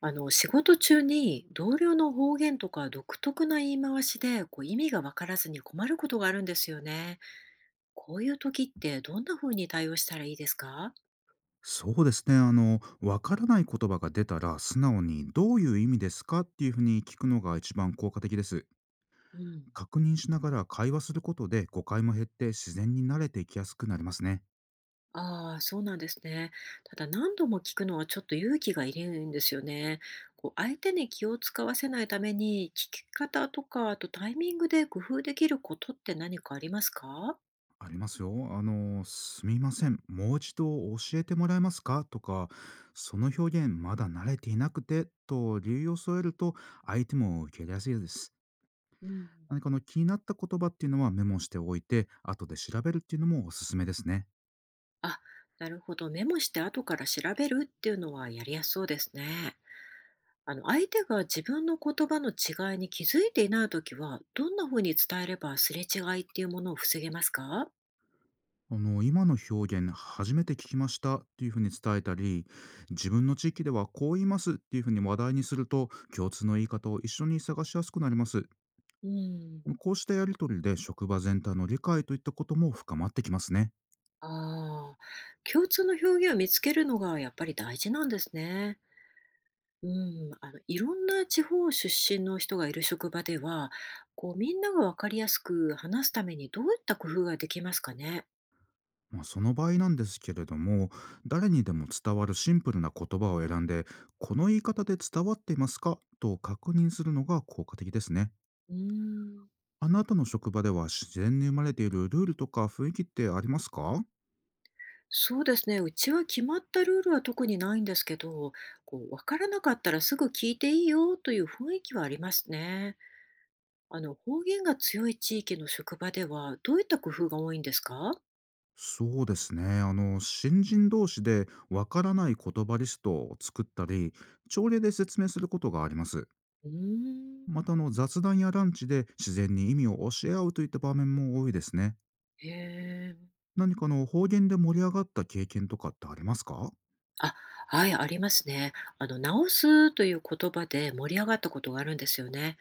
仕事中に同僚の方言とか独特な言い回しで意味がわからずに困ることがあるんですよね。こういう時ってどんな風に対応したらいいですか？そうですね。わからない言葉が出たら、素直にどういう意味ですかっていうふうに聞くのが一番効果的です。うん。確認しながら会話することで誤解も減って、自然に慣れていきやすくなりますね。ああ、そうなんですね。ただ何度も聞くのはちょっと勇気がいるんですよね。相手に気を使わせないために聞き方とかあとタイミングで工夫できることって何かありますか？ありますよ。すみません。もう一度教えてもらえますかとか、その表現まだ慣れていなくてと理由を添えると、相手も受け入れやすいです。うん。何か気になった言葉っていうのはメモしておいて、後で調べるっていうのもおすすめですね。あ、なるほど。メモして後から調べるっていうのはやりやすそうですね。相手が自分の言葉の違いに気づいていないときは、どんなふうに伝えればすれ違いっていうものを防げますか？今の表現初めて聞きましたっていうふうに伝えたり、自分の地域ではこう言いますっていうふうに話題にすると、共通の言い方を一緒に探しやすくなります。うん、こうしたやりとりで職場全体の理解といったことも深まってきますね。ああ。共通の表現を見つけるのがやっぱり大事なんですね。うん、いろんな地方出身の人がいる職場では、みんながわかりやすく話すためにどういった工夫ができますかね？まあ、その場合なんですけれども、誰にでも伝わるシンプルな言葉を選んで、この言い方で伝わっていますかと確認するのが効果的ですね。うん、あなたの職場では自然に生まれているルールとか雰囲気ってありますか？そうですね。うちは決まったルールは特にないんですけど、わからなかったらすぐ聞いていいよという雰囲気はありますね。方言が強い地域の職場では、どういった工夫が多いんですか？そうですね。新人同士でわからない言葉リストを作ったり、朝礼で説明することがあります。うーん。また、雑談やランチで自然に意味を教え合うといった場面も多いですね。へえ。何かの方言で盛り上がった経験とかってありますか？あ、はい、ありますね。直すという言葉で盛り上がったことがあるんですよね。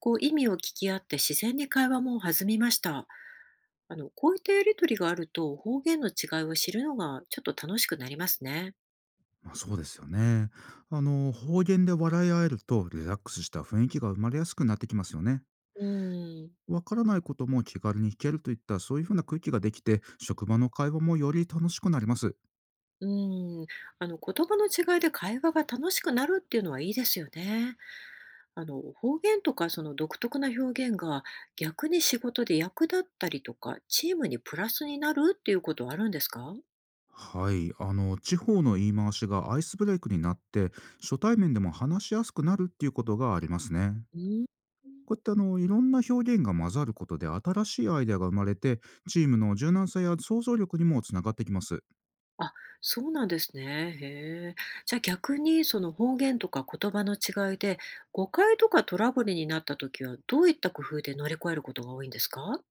意味を聞き合って自然に会話も弾みました。こういったやりとりがあると、方言の違いを知るのがちょっと楽しくなりますね。まあ、そうですよね。方言で笑い合えるとリラックスした雰囲気が生まれやすくなってきますよね。うん、わからないことも気軽に聞けるといった、そういうふうな空気ができて、職場の会話もより楽しくなります。うん、言葉の違いで会話が楽しくなるっていうのはいいですよね。方言とかその独特な表現が逆に仕事で役立ったりとか、チームにプラスになるっていうことはあるんですか？はい、地方の言い回しがアイスブレイクになって、初対面でも話しやすくなるっていうことがありますね。うん。こうやっていろんな表現が混ざることで新しいアイデアが生まれて、チームの柔軟さや想像力にもつながってきます。あ、そうなんですね。へえ。じゃあ逆にその方言とか言葉の違いで、誤解とかトラブルになった時はどういった工夫で乗り越えることが多いんですか？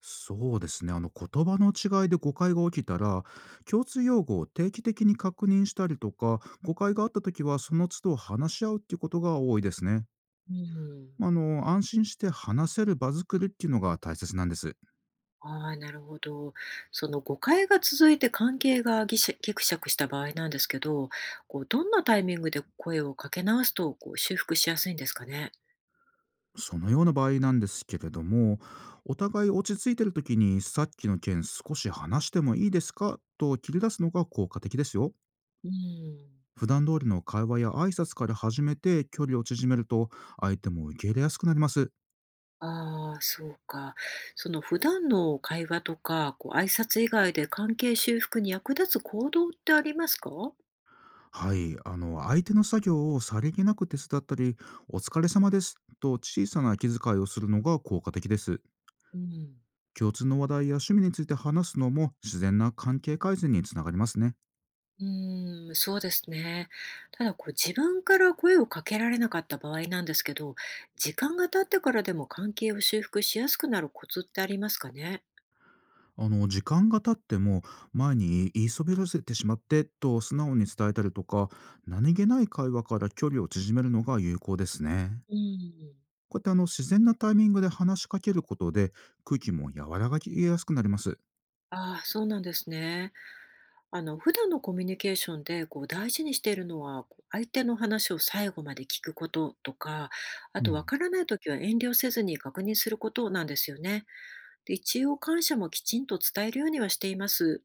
そうですね。言葉の違いで誤解が起きたら、共通用語を定期的に確認したりとか、誤解があった時はその都度話し合うっていうことが多いですね。うん。安心して話せる場作りっていうのが大切なんです。ああ、なるほど。その誤解が続いて関係がぎしゃぎくしゃくした場合なんですけど、どんなタイミングで声をかけ直すと、修復しやすいんですかね？そのような場合なんですけれども、お互い落ち着いてる時に、さっきの件少し話してもいいですかと切り出すのが効果的ですよ。うん。普段通りの会話や挨拶から始めて距離を縮めると、相手も受け入れやすくなります。ああ、そうか。その普段の会話とか、挨拶以外で関係修復に役立つ行動ってありますか？はい、相手の作業をさりげなく手伝ったり、お疲れ様ですと小さな気遣いをするのが効果的です。うん。共通の話題や趣味について話すのも自然な関係改善につながりますね。うーん、そうですね。ただ自分から声をかけられなかった場合なんですけど、時間が経ってからでも関係を修復しやすくなるコツってありますかね？時間が経っても、前に言いそびらせてしまってと素直に伝えたりとか、何気ない会話から距離を縮めるのが有効ですね。うん。こうやって自然なタイミングで話しかけることで、空気も和らぎやすくなります。ああ、そうなんですね。普段のコミュニケーションで大事にしているのは、相手の話を最後まで聞くこととか、あうとわん、からない時は遠慮せずに確認することなんですよね。で、一応感謝もきちんと伝えるようにはしています。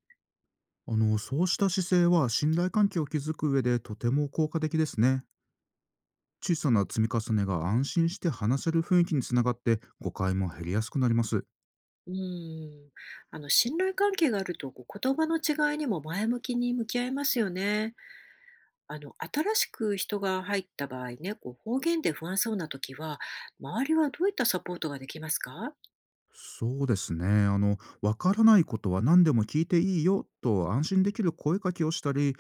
そうした姿勢は信頼関係を築く上でとても効果的ですね。小さな積み重ねが安心して話せる雰囲気につながって、誤解も減りやすくなります。うん、信頼関係があると、言葉の違いにも前向きに向き合えますよね。新しく人が入った場合ね、方言で不安そうな時は、周りはどういったサポートができますか？そうですね。わからないことは何でも聞いていいよと安心できる声かけをしたり、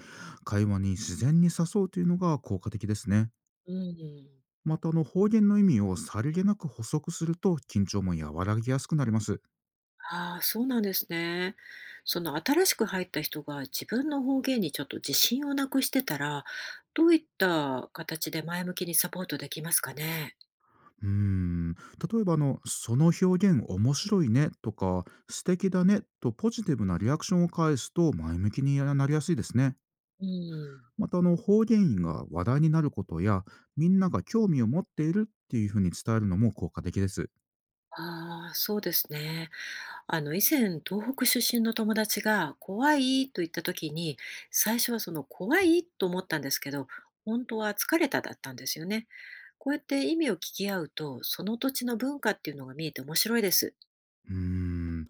会話に自然に誘うというのが効果的ですね。うん、また、方言の意味をさりげなく補足すると、緊張も和らぎやすくなります。ああ、そうなんですね。その新しく入った人が自分の方言にちょっと自信をなくしてたら、どういった形で前向きにサポートできますかね？うーん。例えば、その表現面白いねとか、素敵だねとポジティブなリアクションを返すと前向きになりやすいですね。うん、また方言が話題になることや、みんなが興味を持っているっていうふうに伝えるのも効果的です。ああ、そうですね。以前東北出身の友達が怖いと言った時に、最初はその怖いと思ったんですけど、本当は疲れただったんですよね。こうやって意味を聞き合うと、その土地の文化っていうのが見えて面白いです。うーん。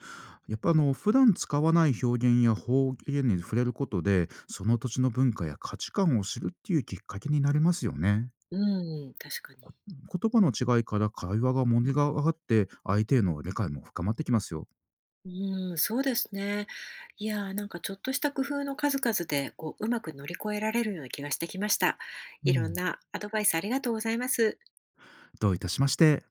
やっぱ普段使わない表現や方言に触れることで、その土地の文化や価値観を知るっていうきっかけになりますよね。うん、確かに。言葉の違いから会話が盛り上がって、相手への理解も深まってきますよ。うん、そうですね。いやー、なんかちょっとした工夫の数々でうまく乗り越えられるような気がしてきました。ういろんん。なアドバイスありがとうございます。どういたしまして。